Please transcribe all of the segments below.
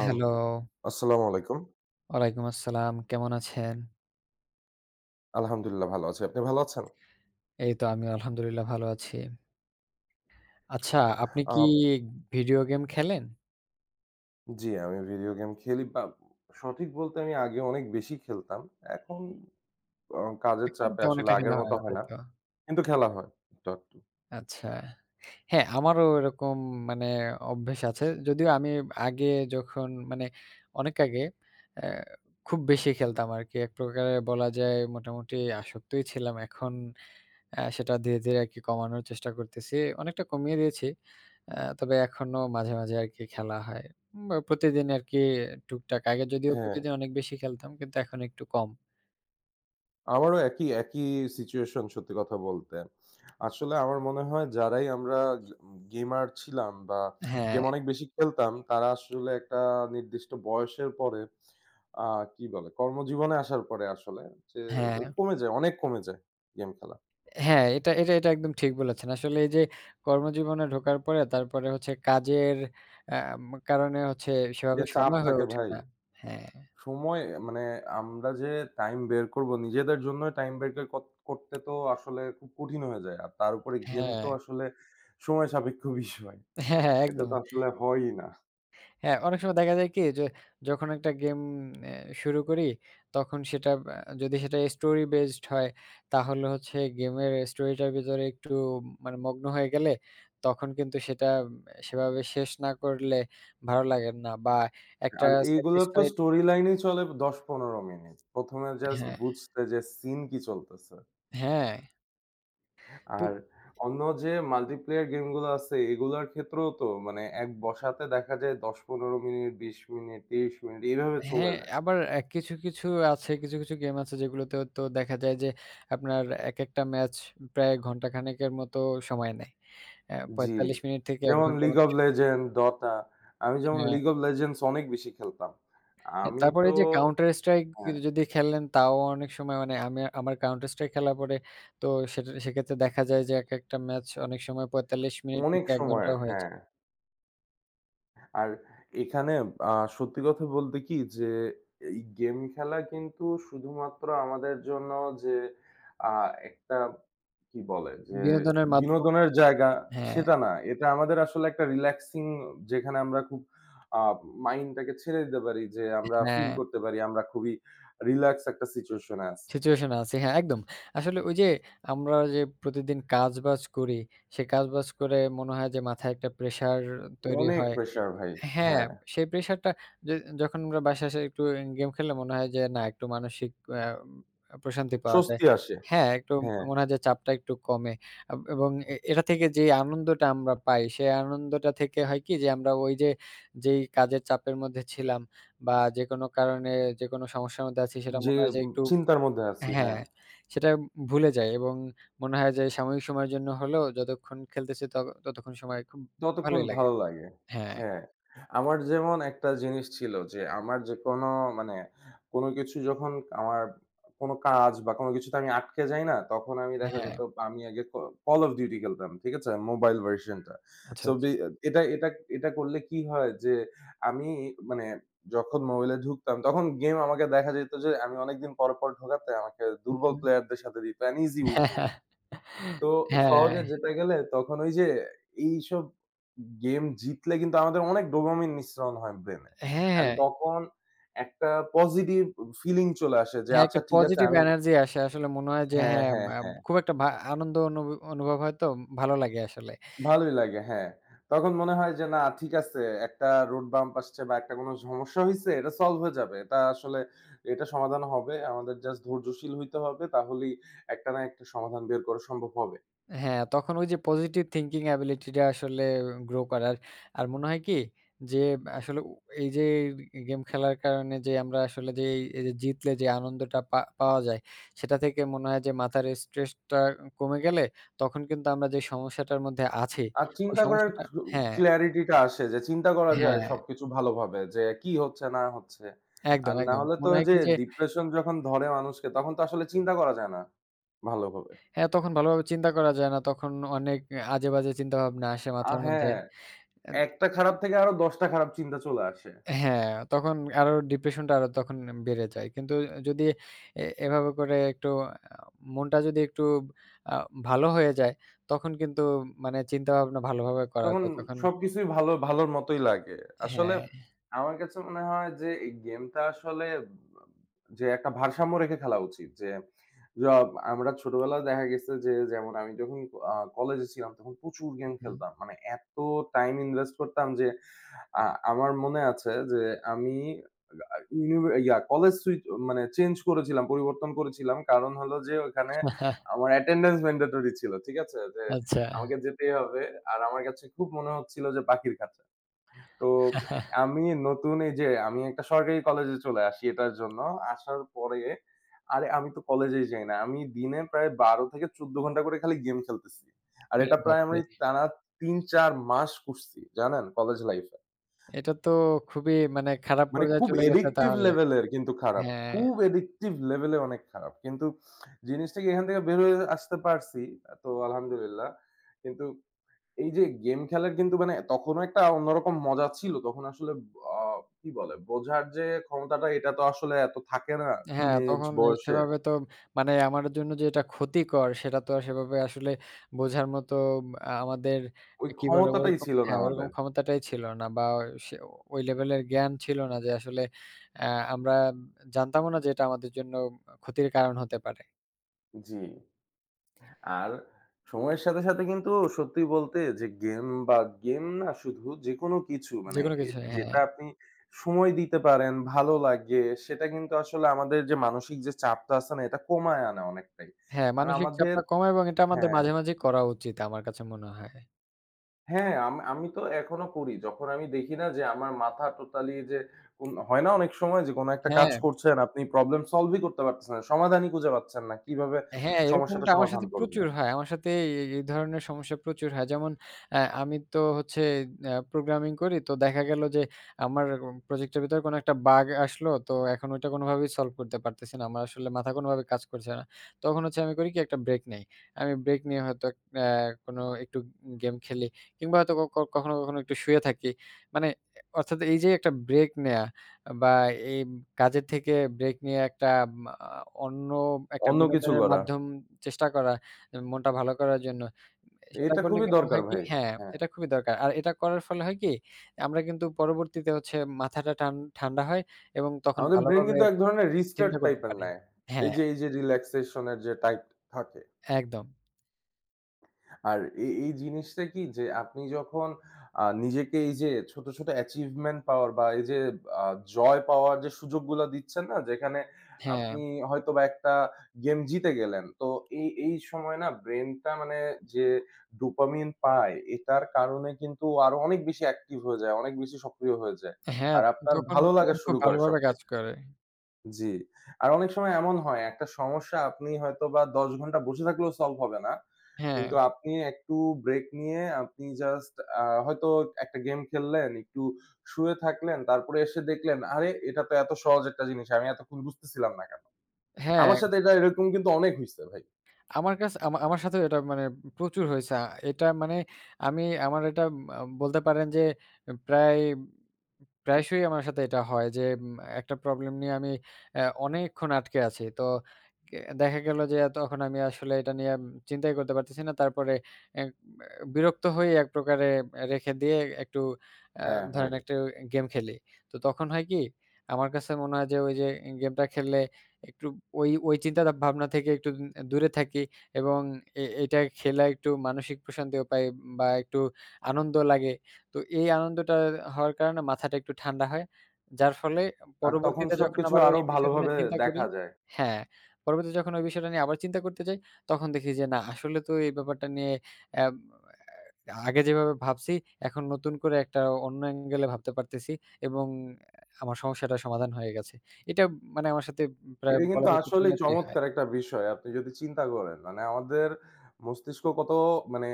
আম hello, আসসালামু আলাইকুম। ওয়ালাইকুম আসসালাম। কেমন আছেন? আলহামদুলিল্লাহ ভালো আছি। আপনি ভালো আছেন? এই তো আমি আলহামদুলিল্লাহ ভালো আছি। আচ্ছা, আপনি আ কি ভিডিও গেম খেলেন? জি, আমি ভিডিও গেম খেলি বা সঠিক বলতে আমি আগে অনেক বেশি খেলতাম। এখন কাজের এখন চাপে তেমন আসলে একটা খেলা আগের হয় মতো না, হয় তাই না। তো? কিন্তু খেলা হয় একটু-আধটু। আচ্ছা। হ্যাঁ, আমারও এরকম মানে অভ্যেস আছে। যদিও আমি আগে যখন মানে অনেক আগে অ্যা খুব বেশি খেলতাম আরকি। এক প্রকারে বলা যায় মোটামুটি আসক্তই ছিলাম। এখন সেটা ধীরে, ধীরে আরকি কমানোর চেষ্টা করতেছি। অনেকটা কমিয়ে দিয়েছি। তবে এখনো মাঝে, মাঝে আরকি খেলা হয়। বা প্রতিদিন আরকি টুকটাক। আগে যদিও হ্যাঁ। প্রতিদিন অনেক বেশি খেলতাম কিন্তু এখন একটু কম। আমারও একই সিচুয়েশন সত্যি কথা বলতে। আসলে আমার মনে হয় যারাই আমরা গে গেমার ছিলাম বা হ্যাঁ, গেম অনেক বেশি খেলতাম, তারা আসলে একটা নির্দিষ্ট বয়সের পরে আ কি বলে? কর্মজীবনে আসার পরে আসলে যে হ্যাঁ, কমে যায়, অনেক কমে যায় গেম খেলা। হ্যাঁ, এটা এটা এটা একদম ঠিক বলেছেন। আসলে এই যে কর্মজীবনে ঢোকার পরে তারপরে হচ্ছে কাজের অ্যাম কারণে হচ্ছে যে সেভাবে চাপ সময় হয়ে থাকে ওঠে ভাই, না। হ্যাঁ, সময় মানে আমরা যে টাইম বের করব, নিজেদের জন্য টাইম বের ক করতে তো আসলে খুব কঠিন হয়ে যায়। আর তার উপরে গেম হ্যাঁ, তো আসলে সময় সাপেক্ষ বিষয়। হ্যাঁ, হ্যাঁ, এটা একদম। তো আসলে হয়ই না। হ্যাঁ, অনেক সময় দেখা যায় কি যে যখন একটা গেম এ শুরু করি তখন সেটা যদি সেটা স্টোরি বেসড হয় তাহলে হচ্ছে গেমের স্টোরিটার ভিতরে একটু মানে মগ্ন হয়ে গেলে তখন কিন্তু সেটা সেভাবে শেষ না করলে ভালো লাগে না বা একটা আর এইগুলোর তো স্যাটিসফাইড। স্টোরি লাইনই চলে ১০-১৫ মিনিট। ১ম এ জাস্ট হ্যাঁ, বুঝতে যে সিন কি চলতেছে। হ্যাঁ। তো আর অন্য যে মাল্টিপ্লেয়ার গেমগুলো আছে এগুলার ক্ষেত্রেও তো মানে এক বসাতে দেখা যায় ১০-১৫ মিনিট, ২০ মিনিট, ৩০ মিনিট এইভাবে চলে হ্যাঁ, যায়। আবার কিছু, কিছু আছে কিছু, কিছু গেম আছে যেগুলোতে তো দেখা যায় যে আপনার একেকটা ম্যাচ প্রায় ঘন্টাখানেকের মতো সময় নেয়। জি। ৪৫ মিনিট থেকে ১ যেমন ঘন্টার 'League মতো of সময়। Legends', 'Dota', আমি যেমন হ্যাঁ, 'League of Legends' অনেক বেশি খেলতাম। হ্যাঁ, আমি তারপরে তো, এই যে Counter Strike হ্যাঁ, যদি খেলেন তাও অনেক সময় মানে আমি আমার Counter Strike খেলার পরে তো সেটা সেক্ষেত্রে দেখা যায় যে একেকটা ম্যাচ অনেক সময় ৪৫ মিনিট অনেক থেকে ১ সময়ের, ঘন্টাও হয়ে হ্যাঁ। যায়। আর এখানে আ সত্যি কথা বলতে কি যে, এই গেম খেলা কিন্তু শুধুমাত্র আমাদের জন্য যে আ একটা কি বলে যে বিনোদনের মাধ্যম। বিনোদনের জায়গা, হ্যাঁ, সেটা না। এটা আমাদের আসলে একটা রিল্যাক্সিং, যেখানে আমরা খুব আ মাইন্ডটাকে ছেড়ে দিতে পারি, যে আমরা ফিল হ্যাঁ, করতে পারি আমরা খুবই রিল্যাক্স একটা সিচুয়েশন এ আছি। সিচুয়েশন আছে। হ্যাঁ, একদম। আসলে ওই যে আমরা যে প্রতিদিন কাজ-বাজ করি, সে কাজ-বাজ করে মনে হয় যে মাথায় একটা প্রেশার তৈরি অনেক হয়। প্রেশার ভাই। হ্যাঁ, হ্যাঁ, সেই প্রেশারটা যে যখন আমরা বাসায় এসে একটু গেম খেললে মনে হয় যে না একটু মানসিক আ প্রশান্তি পাওয়া যায়। স্বস্তি আসে। হ্যাঁ, একটু হ্যাঁ, মনে হয় যে চাপটা একটু কমে এবং এটা থেকে যে আনন্দটা আমরা পাই সেই আনন্দটা থেকে হয় কি যে আমরা ওই যে যেই কাজের চাপের মধ্যে ছিলাম বা যেকোনো কারণে যেকোনো সমস্যার মধ্যে আছি সেটা যে মনে হয় যে একটু চিন্তার মধ্যে আছি। হ্যাঁ। হ্যাঁ, সেটা ভুলে যাই এবং মনে হয় যে সাময়িক সময়ের জন্য হলেও যতক্ষণ খেলতেছি ততক্ষণ সময় খুব যতক্ষণ ভালোই লাগে। ভালো লাগে। হ্যাঁ, হ্যাঁ, আমার যেমন একটা জিনিস ছিল যে আমার যেকোনো মানে কোনো কিছু যখন আমার কোনো কাজ বা কোনো কিছুতে আমি আটকে যাই না? তখন আমি দেখা হ্যাঁ, যেত আমি আগে Call of Duty খেলতাম। ঠিক আছে? মোবাইল ভার্শনটা। আচ্ছা, সো আচ্ছা। বি এটা এটা এটা করলে কি হয় যে আমি মানে যখন মোবাইলে ঢুকতাম তখন গেম আমাকে দেখা যেত যে আমি অনেকদিন পর, পর ঢোকাতে আমাকে হুম, দুর্বল হুম। প্লেয়ারদের সাথে দিত and easy win হইত। তো হ্যাঁ, সহজে যেটা গেলে তখন ওই যে এইসব গেম জিতলে কিন্তু আমাদের অনেক ডোপামিন নিঃসরণ হয় ব্রেনে। হ্যাঁ, অ্যান্ড হ্যাঁ। তখন একটা পজিটিভ ফিলিং চলে আসে যে হ্যাঁ, আচ্ছা একটা ঠিক আছে পজিটিভ আমি। এনার্জি আসে। আসলে মনে হয় যে হ্যাঁ, হ্যাঁ, হ্যাঁ, বা হ্যাঁ। খুব একটা আনন্দ অনুভব হয় তো ভালো লাগে আসলে। ভালোই লাগে, হ্যাঁ। তখন মনে হয় যে না ঠিক আছে, একটা রোড বাম্প আসছে বা একটা কোনো সমস্যা হইছে, এটা সলভ হয়ে যাবে। এটা আসলে এটা সমাধান হবে। আমাদের জাস্ট ধৈর্যশীল হইতে হবে, তাহলেই একটা না একটা সমাধান বের করা সম্ভব হবে। হ্যাঁ, তখন ওই যে পজিটিভ থিংকিং অ্যাবিলিটি টা আসলে গ্রো করার। আর মনে হয় কি যে আসলে এই যে গেম খেলার কারণে যে আমরা আসলে যে এই এই যে জিতলে যে আনন্দটা পাওয়া যায়, সেটা থেকে মনে হয় যে মাথার স্ট্রেসটা কমে গেলে তখন কিন্তু আমরা যে সমস্যাটার মধ্যে আছি, আর ওই চিন্তা করার সমস্যাটা। হ্যাঁ, ক্ল্যারিটিটা আসে, যে চিন্তা করা যায় হ্যাঁ। সবকিছু ভালোভাবে যে কি হচ্ছে না হচ্ছে। একদম, আর না একদম। হলে তো মনে ওই হয় যে কি যে ডিপ্রেশন যখন ধরে মানুষকে তখন তো আসলে চিন্তা করা যায় না ভালোভাবে। হ্যাঁ, তখন ভালোভাবে চিন্তা করা যায় না। তখন অনেক আজেবাজে চিন্তাভাবনা আসে মাথার মধ্যে। হ্যাঁ, এদ একটা খারাপ থেকে আরো ১০ টা খারাপ চিন্তা চলে আসে। হ্যাঁ, তখন আরো ডিপ্রেশন টা আরো তখন বেড়ে যায়। কিন্তু যদি এভাবে করে একটু আ মনটা যদি একটু আ ভালো হয়ে যায়, তখন কিন্তু মানে চিন্তাভাবনা ভালোভাবে করা তখন যায়। তখন সবকিছুই ভালো ভালোর মতোই লাগে। আসলে হ্যাঁ, আমার কাছে মনে হয় যে এই গেমটা আসলে একটা ভারসাম্য রেখে খেলা উচিত যে যা আমরা ছোটবেলায় দেখা গেছে যে যেমন আমি যখন কলেজে ছিলাম তখন প্রচুর গেম হুম। খেলতাম। মানে এত টাইম ইনভেস্ট করতাম যে আ আমার মনে আছে যে আমি ইউনিভা ইয়া কলেজ সুইচ মানে চেঞ্জ করেছিলাম, পরিবর্তন করেছিলাম। কারণ হলো যে ওখানে আমার অ্যাটেন্ডেন্স ম্যান্ডেটরি ছিল। ঠিক আছে? যে আচ্ছা। আমাকে যেতেই হবে। আর আমার কাছে খুব মনে হচ্ছিল যে পাখির খাঁচা। তো আমি নতুন এই যে আমি একটা সরকারি কলেজে চলে আসি এটার জন্য। আসার পরে আরে আমি তো কলেজেই যাই না। আমি দিনে প্রায় ১২ থেকে ১৪ ঘন্টা করে খালি গেম খেলতেছি। আর আরে এটা প্রায় আমি বাপরে! টানা ৩-৪ মাস করছি। জানেন? কলেজ লাইফে। এটা তো খুবই মানে খারাপ মানে পর্যায়ে খুব চলে গেছে অ্যাডিক্টিভ তাহলে। লেভেলের কিন্তু খারাপ। হ্যাঁ। খুব অ্যাডিক্টিভ লেভেলে অনেক খারাপ। কিন্তু জিনিসটা কি এখান থেকে বের হয়ে আসতে পারছি। তো আলহামদুলিল্লাহ। কিন্তু এই যে গেম খেলার কিন্তু মানে তখনও একটা অন্যরকম মজা ছিল। তখন আসলে আ কি বলে? বোঝার যে ক্ষমতাটা, এটা তো আসলে এত থাকে না হ্যাঁ, টিনেজ তখন বয়সে। সেভাবে তো মানে আমার জন্য যে এটা ক্ষতিকর সেটা তো আর সেভাবে আসলে বোঝার মতো আমাদের ওই কি বলে ক্ষমতাটাই ওরকম ছিল না হ্যাঁ, ওরকম আমাদের। ক্ষমতাটাই ছিল না বা সে ওই লেভেলের জ্ঞান ছিল না যে আসলে আ আমরা জানতামও না যে এটা আমাদের জন্য ক্ষতির কারণ হতে পারে। জি। আর সময়ের সাথে, সাথে কিন্তু সত্যি বলতে যে গেম বা গেম না শুধু যেকোনো কিছু মানে যেকোনো কিছু হ্যাঁ, যেটা আপনি সময় দিতে পারেন, ভালো লাগে, সেটা কিন্তু আসলে আমাদের যে মানসিক যে চাপটা আছে না, এটা কমায় আনে অনেকটাই। হ্যাঁ, আর মানসিক আমাদের, চাপটা কমায় এবং এটা আমাদের হ্যাঁ। মাঝে, মাঝেই করা উচিত আমার কাছে মনে হয়। হ্যাঁ, আমি তো এখনো করি। যখন আমি দেখি না যে আমার মাথা টোটালি, যে কোন হয় না অনেক সময় যে কোন একটা কাজ হ্যাঁ। করছেন, আপনি প্রবলেম সলভই করতে পারতেছেন না। সমাধানই খুঁজে পাচ্ছেন না। কিভাবে হ্যাঁ, সমস্যাটা এরকমটা আমার সমাধান সাথে করবেন। প্রচুর হয়। আমার সাথে এই ধরনের সমস্যা প্রচুর হয়। যেমন আমি তো হচ্ছে প্রোগ্রামিং করি। তো দেখা গেল যে আমার প্রজেক্টের ভিতরে কোনো একটা বাগ আসলো। তো এখন ওইটা কোনোভাবেই সলভ করতে পারতেছি না। আমার আসলে মাথা কোনোভাবে কাজ করছে না। তখন হচ্ছে আমি করি কি একটা ব্রেক নেই। আমি ব্রেক নিয়ে হয়তো আ কোনো একটু গেম খেলি কিংবা হয়তো ক ক- কখনো, কখনো একটু শুয়ে থাকি। মানে অর্থাৎ এই যে একটা ব্রেক নেয়া বা এই কাজের থেকে ব্রেক নিয়ে একটা মা অন্য একটা অন্য কিছু বিনোদনের করা। মাধ্যম চেষ্টা করা, মনটা ভালো করার জন্য। সেটা এটা করলে খুবই কিন্তু দরকার হয় কি ভাই। হ্যাঁ, হ্যাঁ, এটা খুবই দরকার। আর এটা করার ফলে হয় কি, আমরা কিন্তু পরবর্তীতে হচ্ছে মাথাটা ঠান্ডা হয় এবং তখন আমাদের ব্রেইন ভালোভাবে কিন্তু এক ধরনের রিস্টার্ট চিন্তা করতে টাইপের পারি। নেয়। এই হ্যাঁ, যে এই যে রিল্যাক্সেশন এর যে টাইপ থাকে। একদম। আর এই, এই জিনিসটা কি যে আপনি যখন নিজেকে এই যে ছোট, ছোট অ্যাচিভমেন্ট পাওয়ার বা এই যে আ জয় পাওয়ার যে সুযোগগুলা দিচ্ছেন না? যেখানে হ্যাঁ, আপনি হয়তোবা একটা গেম জিতে গেলেন। তো এই, এই সময় না ব্রেইনটা মানে যে ডোপামিন পায় এটার কারণে কিন্তু আরো অনেক বেশি অ্যাক্টিভ হয়ে যায়, অনেক বেশি সক্রিয় হয়ে যায়। হ্যাঁ, আর আপনার তখন ভালো লাগা ব্রেইন খুব শুরু করে ভালোভাবে কাজ সবকিছু। করে। জি। আর অনেক সময় এমন হয় একটা সমস্যা আপনি হয়তোবা ১০ ঘন্টা বসে থাকলেও সলভ হবে না। হ্যাঁ, কিন্তু আপনি একটু ব্রেক নিয়ে আপনি জাস্ট হয়তো একটা গেম খেললেন, একটু শুয়ে থাকলেন, তারপরে এসে দেখলেন, "আরে! এটা তো এত সহজ একটা জিনিস। আমি এতক্ষণ বুঝতেছিলাম না কেন?" হ্যাঁ। আমার সাথে এটা এরকম কিন্তু অনেক হইছে ভাই। আমার কাছে আমার সাথেও এটা মানে প্রচুর হয়েছে। এটা মানে আমি আমার এটা বলতে পারেন যে প্রায় প্রায়শই আমার সাথে এটা হয় যে একটা প্রবলেম নিয়ে আমি অনেকক্ষণ আটকে আছি। তো দেখা গেল যে তখন আমি আসলে এটা নিয়ে চিন্তাই করতে পারতেছি না। তারপরে অ্যা বিরক্ত হয়ে এক প্রকারে রেখে দিয়ে একটু অ্যা হ্যাঁ, ভাই। ধরেন একটু গেম খেলি। তো তখন হয় কি? আমার কাছে মনে হয় যে ওই যে গেমটা খেললে একটু ওই ওই চিন্তা ভাবনা থেকে একটু দূরে থাকি এবং এটা খেলা একটু মানসিক প্রশান্তিও পাই বা একটু আনন্দ লাগে। তো এই আনন্দটা হওয়ার কারণে মাথাটা একটু ঠান্ডা হয়। যার ফলে আর তখন পরবর্তীতে যখন সবকিছু আবার ওই আরো বিষয়টা নিয়ে ভালোভাবে চিন্তা করি দেখা যায়। হ্যাঁ, পরবর্তীতে যখন ওই বিষয়টা নিয়ে আবার চিন্তা করতে যাই, তখন দেখি যে না আসলে তো এই ব্যাপারটা নিয়ে অ্যাম আগে যেভাবে ভাবছি, এখন নতুন করে একটা অন্য অ্যাঙ্গেলে ভাবতে পারতেছি এবং আমার সমস্যাটার সমাধান হয়ে গেছে। এটা মানে আমার সাথে প্রায় এটা কিন্তু বলা যায় আসলেই প্রতিনিয়তই হয়। চমৎকার একটা বিষয়। আপনি যদি চিন্তা করেন, মানে আমাদের মস্তিষ্ক কত, মানে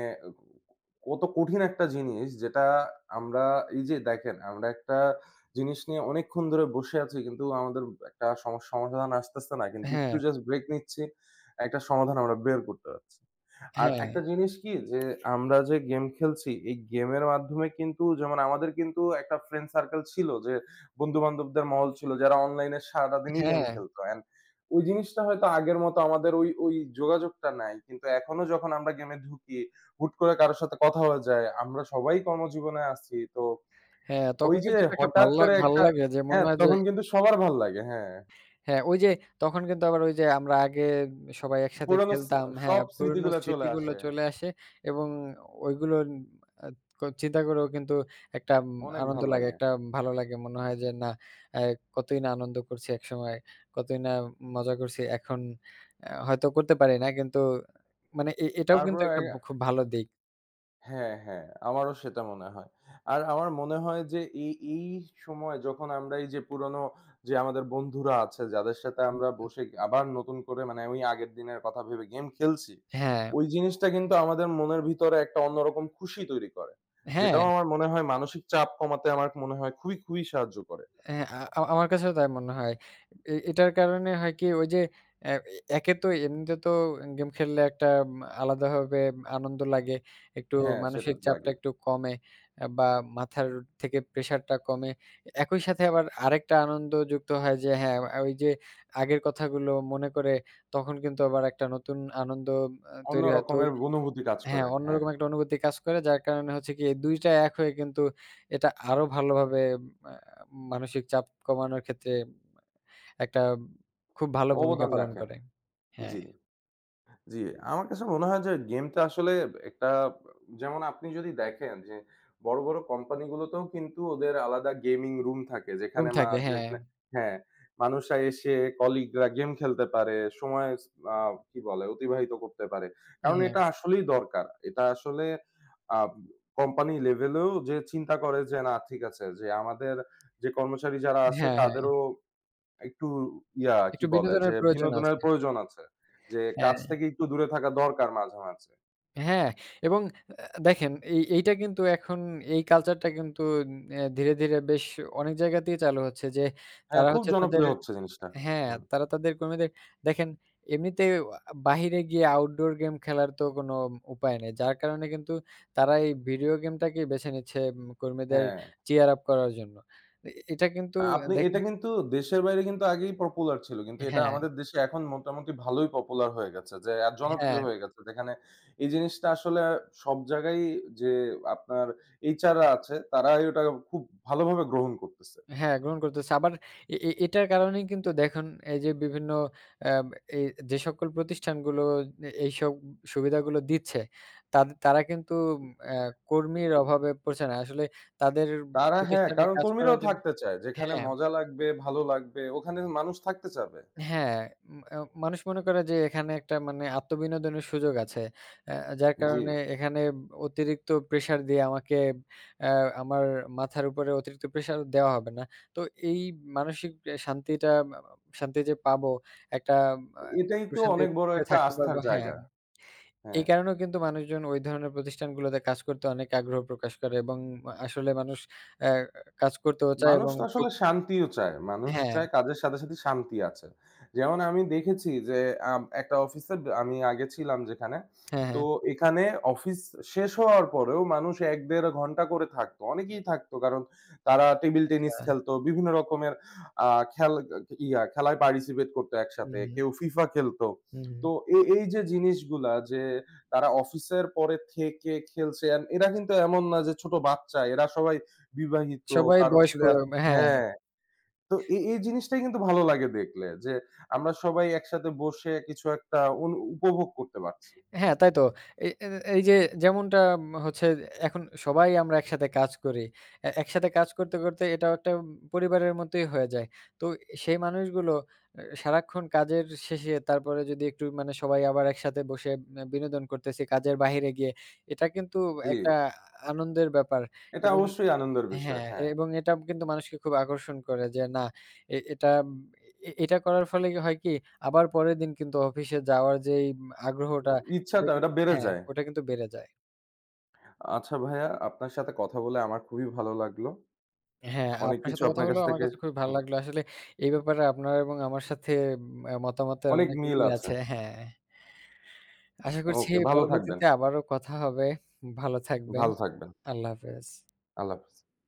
কত কঠিন একটা জিনিস যেটা আমরা এই যে দেখেন আমরা একটা জিনিস নিয়ে অনেকক্ষণ ধরে বসে আছি কিন্তু আমাদের একটা সমস্যা সমাধান আসতেছে না। কিন্তু একটু হ্যাঁ, জাস্ট ব্রেক নিচ্ছি, একটা সমাধান আমরা বের করতে পারছি। আর হ্যাঁ, একটা জিনিস কি যে আমরা যে গেম খেলছি, এই গেমের মাধ্যমে কিন্তু যেমন আমাদের কিন্তু একটা ফ্রেন্ড সার্কেল ছিল, যে বন্ধু-বান্ধবদের মহল ছিল যারা অনলাইনে সারাদিনই গেম হ্যাঁ, খেলত। অ্যান্ড ওই জিনিসটা হয়তো আগের মতো আমাদের ওই যোগাযোগটা নাই। কিন্তু এখনো যখন আমরা গেমে ঢুকি, হুট করে কারো সাথে কথা হয়ে যায়। আমরা সবাই কর্মজীবনে আছি। তো হ্যাঁ, ওই তখন যে কিন্তু এটা একটা হঠাৎ করে ভাল একটা, লাগে যে মনে হ্যাঁ, হয় যে তখন কিন্তু সবার ভাল লাগে। হ্যাঁ, হ্যাঁ, ওই যে তখন কিন্তু আবার ওই যে আমরা আগে সবাই একসাথে পুরানো স খেলতাম। হ্যাঁ, সব পুরনো স্মৃতিগুলা চলে স্মৃতিগুলো আসে। চলে আসে এবং ওইগুলো আ চিন্তা করেও কিন্তু একটা অনেক আনন্দ ভাল লাগে, লাগে। একটা ভালো লাগে। মনে হয় যে না আ কতই না আনন্দ করছি একসময়, কতই না মজা করছি। এখন হয়তো করতে পারি না। কিন্তু মানে এটাও কিন্তু তারপরে, একটা খুব ভালো দিক। হ্যাঁ, হ্যাঁ, আমারও সেটা মনে হয়। আর আমার মনে হয় যে এই সময় যখন আমরা এই যে পুরনো যে আমাদের বন্ধুরা আছে যাদের সাথে আমরা বসে আবার নতুন করে মানে ওই আগের দিনের কথা ভেবে গেম খেলছি, হ্যাঁ, ওই জিনিসটা কিন্তু আমাদের মনের ভিতরে একটা অন্যরকম খুশি তৈরি করে। হ্যাঁ। যেটাও আমার মনে হয় মানসিক চাপ কমাতে আমার মনে হয় খুবই, খুবই সাহায্য করে। হ্যাঁ, আ আ- আমার কাছেও তাই মনে হয়। এটার কারণে হয় কি ওই যে এ একে তো এমনিতে তো গেম খেললে একটা আলাদাভাবে আনন্দ লাগে। একটু হ্যাঁ, সেটা মানসিক তো চাপটা লাগেই। একটু কমে বা মাথার থেকে প্রেশারটা কমে। একই সাথে আবার আরেকটা আনন্দ যুক্ত হয় যে হ্যাঁ, ওই যে আগের কথাগুলো মনে করে তখন কিন্তু আবার একটা নতুন আনন্দ অন্য তৈরি হয়। তো রকমের অনুভূতি কাজ হ্যাঁ, করে। হ্যাঁ, অন্যরকম একটা অনুভূতি কাজ করে। যার কারণে হচ্ছে গিয়ে ২ টা এক হয়ে কিন্তু এটা আরো ভালোভাবে মা মানসিক চাপ কমানোর ক্ষেত্রে একটা খুব ভালো ভূমিকা অবদান পালন রাখে। করে। হ্যাঁ, জি। জি, আমার কাছে মনে হয় যে গেমটা আসলে একটা, যেমন আপনি যদি দেখেন যে বড়, বড় কোম্পানিগুলোতেও কিন্তু ওদের আলাদা গেমিং রুম থাকে ঘুম যেখানে মা থাকে। হ্যাঁ, যেখানে, হ্যাঁ, মানুষরা এসে কলিগরা গেম খেলতে পারে, সময় আ কি বলে অতিবাহিত করতে পারে। কারণ হ্যাঁ, এটা আসলেই দরকার। এটা আসলে আ কোম্পানি লেভেলেও যে চিন্তা করে যে না ঠিক আছে যে আমাদের যে কর্মচারী যারা আছে হ্যাঁ, হ্যাঁ। তাদেরও একটু কি একটু বলে যে বিনোদনের প্রয়োজন বিনোদনের আছে। প্রয়োজন আছে। যে হ্যাঁ, কাজ থেকে একটু দূরে থাকা দরকার মাঝে, মাঝে। হ্যাঁ এবং দেখেন এইটা কিন্তু এখন এই কালচারটা কিন্তু ধীরে, ধীরে বেশ অনেক জায়গাতেই চালু হচ্ছে যে হ্যাঁ, তারা খুব হচ্ছে তাদের জনপ্রিয় হচ্ছে জিনিসটা। হ্যাঁ, হুম, তারা তাদের কর্মীদের দেখেন এমনিতে আ বাহিরে গিয়ে আউটডোর গেম খেলার তো কোনো উপায় নেই। যার কারণে কিন্তু তারা এই ভিডিও গেমটাকেই বেছে নিচ্ছে কর্মীদের হ্যাঁ। cheer up করার জন্য। এটা কিন্তু আপনি এটা দেখুন কিন্তু দেশের বাইরে কিন্তু আগেই পপুলার ছিল। কিন্তু এটা হ্যাঁ, আমাদের দেশে এখন মোটামুটি ভালোই পপুলার হয়ে গেছে। যে আর জনপ্রিয় হ্যাঁ, হয়ে গেছে। যেখানে এই জিনিসটা আসলে সব জায়গায় যে আপনার HR রা আছে তারাই ওটা খুব ভালোভাবে গ্রহণ করতেছে। হ্যাঁ, গ্রহণ করতেছে। আবার এ এ এটার কারণেই কিন্তু দেখুন এই যে বিভিন্ন আম এই যে সকল প্রতিষ্ঠানগুলো এইসব সুবিধাগুলো দিচ্ছে, তারা কিন্তু আ কর্মীর অভাবে পড়ছে না। আসলে তাদের তারা, হ্যাঁ, প্রতিষ্ঠানে কারণ কাজ করার কর্মীরাও জন্য থাকতে চায়। যেখানে হ্যাঁ, মজা লাগবে, ভালো লাগবে ওখানে মানুষ থাকতে চাবে। হ্যাঁ। উম আ মানুষ মনে করে যে এখানে একটা মানে আত্মবিনোদনের সুযোগ আছে। আ যার জি। কারণে এখানে অতিরিক্ত প্রেশার দিয়ে আমাকে আ আমার মাথার উপরে অতিরিক্ত প্রেশার দেওয়া হবে না। তো এই মানসিক শান্তিটা শান্তি যে পাবো একটা আ এটাই তো অনেক বড় প্রশান্তিতে একটা থাকতে আস্থার পারবো হ্যাঁ। জায়গা। এই হ্যাঁ। কারণেও কিন্তু মানুষজন ওই ধরনের প্রতিষ্ঠানগুলোতে কাজ করতে অনেক আগ্রহ প্রকাশ করে এবং আসলে মানুষ আ কাজ করতেও চায় মানুষ এবং তো খুব আসলে শান্তিও চায়। মানুষ হ্যাঁ, চায় কাজের সাথে, সাথে শান্তি আছে। যেমন আমি দেখেছি যে একটা অফিসে আমি আগে ছিলাম যেখানে। হ্যাঁ, তো হ্যাঁ। এখানে অফিস শেষ হওয়ার পরেও মানুষ ১-১.৫ ঘন্টা করে থাকতো। অনেকেই থাকতো। কারণ তারা টেবল আচ্ছা। টেনিস খেলতো। বিভিন্ন রকমের আ খেল খেলায় পার্টিসিপেট করতো একসাথে। হুম, হুম। কেউ FIFA খেলতো। হুম, হুম। তো এই যে জিনিসগুলা যে তারা অফিসের পরে থেকে খেলছে। এন্ড এরা কিন্তু এমন না যে ছোট বাচ্চা। এরা সবাই বিবাহিত, সবাই কারো বয়স্ক। ছেলে আছে, হ্যাঁ, হ্যাঁ, তো এই, এই জিনিসটাই কিন্তু ভালো লাগে দেখলে যে আমরা সবাই একসাথে বসে কিছু একটা উপভোগ করতে পারছি। হ্যাঁ তাই তো। এই এ এই যে যেমনটা হচ্ছে এখন সবাই আমরা একসাথে কাজ করি। একসাথে কাজ করতে, করতে এটাও একটা পরিবারের মতোই হয়ে যায়। তো সেই মানুষগুলো সারাক্ষণ কাজের শেষে তারপরে যদি একটু মানে সবাই আবার একসাথে বসে বিনোদন করতেছি কাজের বাহিরে গিয়ে, এটা কিন্তু জি, একটা আনন্দের ব্যাপার এটা এবং অবশ্যই আনন্দের বিষয়। হ্যাঁ, হ্যাঁ, এবং এটা কিন্তু মানুষকে খুব আকর্ষণ করে যে না এটা এটা করার ফলে কি হয় কি আবার পরের দিন কিন্তু অফিসে যাওয়ার যেই আগ্রহটা সেটা ইচ্ছাটা ওটা কিন্তু বেড়ে হ্যাঁ, যায়। ওটা কিন্তু বেড়ে যায়। আচ্ছা ভাইয়া, আপনার সাথে কথা বলে আমার খুবই ভালো লাগলো। হ্যাঁ, অনেক আপনার কিছু সাথে কথা আপনার কাছ হলো আমার থেকে, কাছে খুবই ভালো হুম, লাগলো। আসলে এই ব্যাপারে আপনার এবং আমার সাথে মতামতের অনেক অনেক মিল মিল আছে। আছে। হ্যাঁ, আশা করছি ওকে, ভালো থাকবেন। পরবর্তীতে আবারও কথা হবে। ভালো থাকবেন। ভালো থাকবেন। আল্লাহ হাফেজ। আল্লাহ হাফেজ।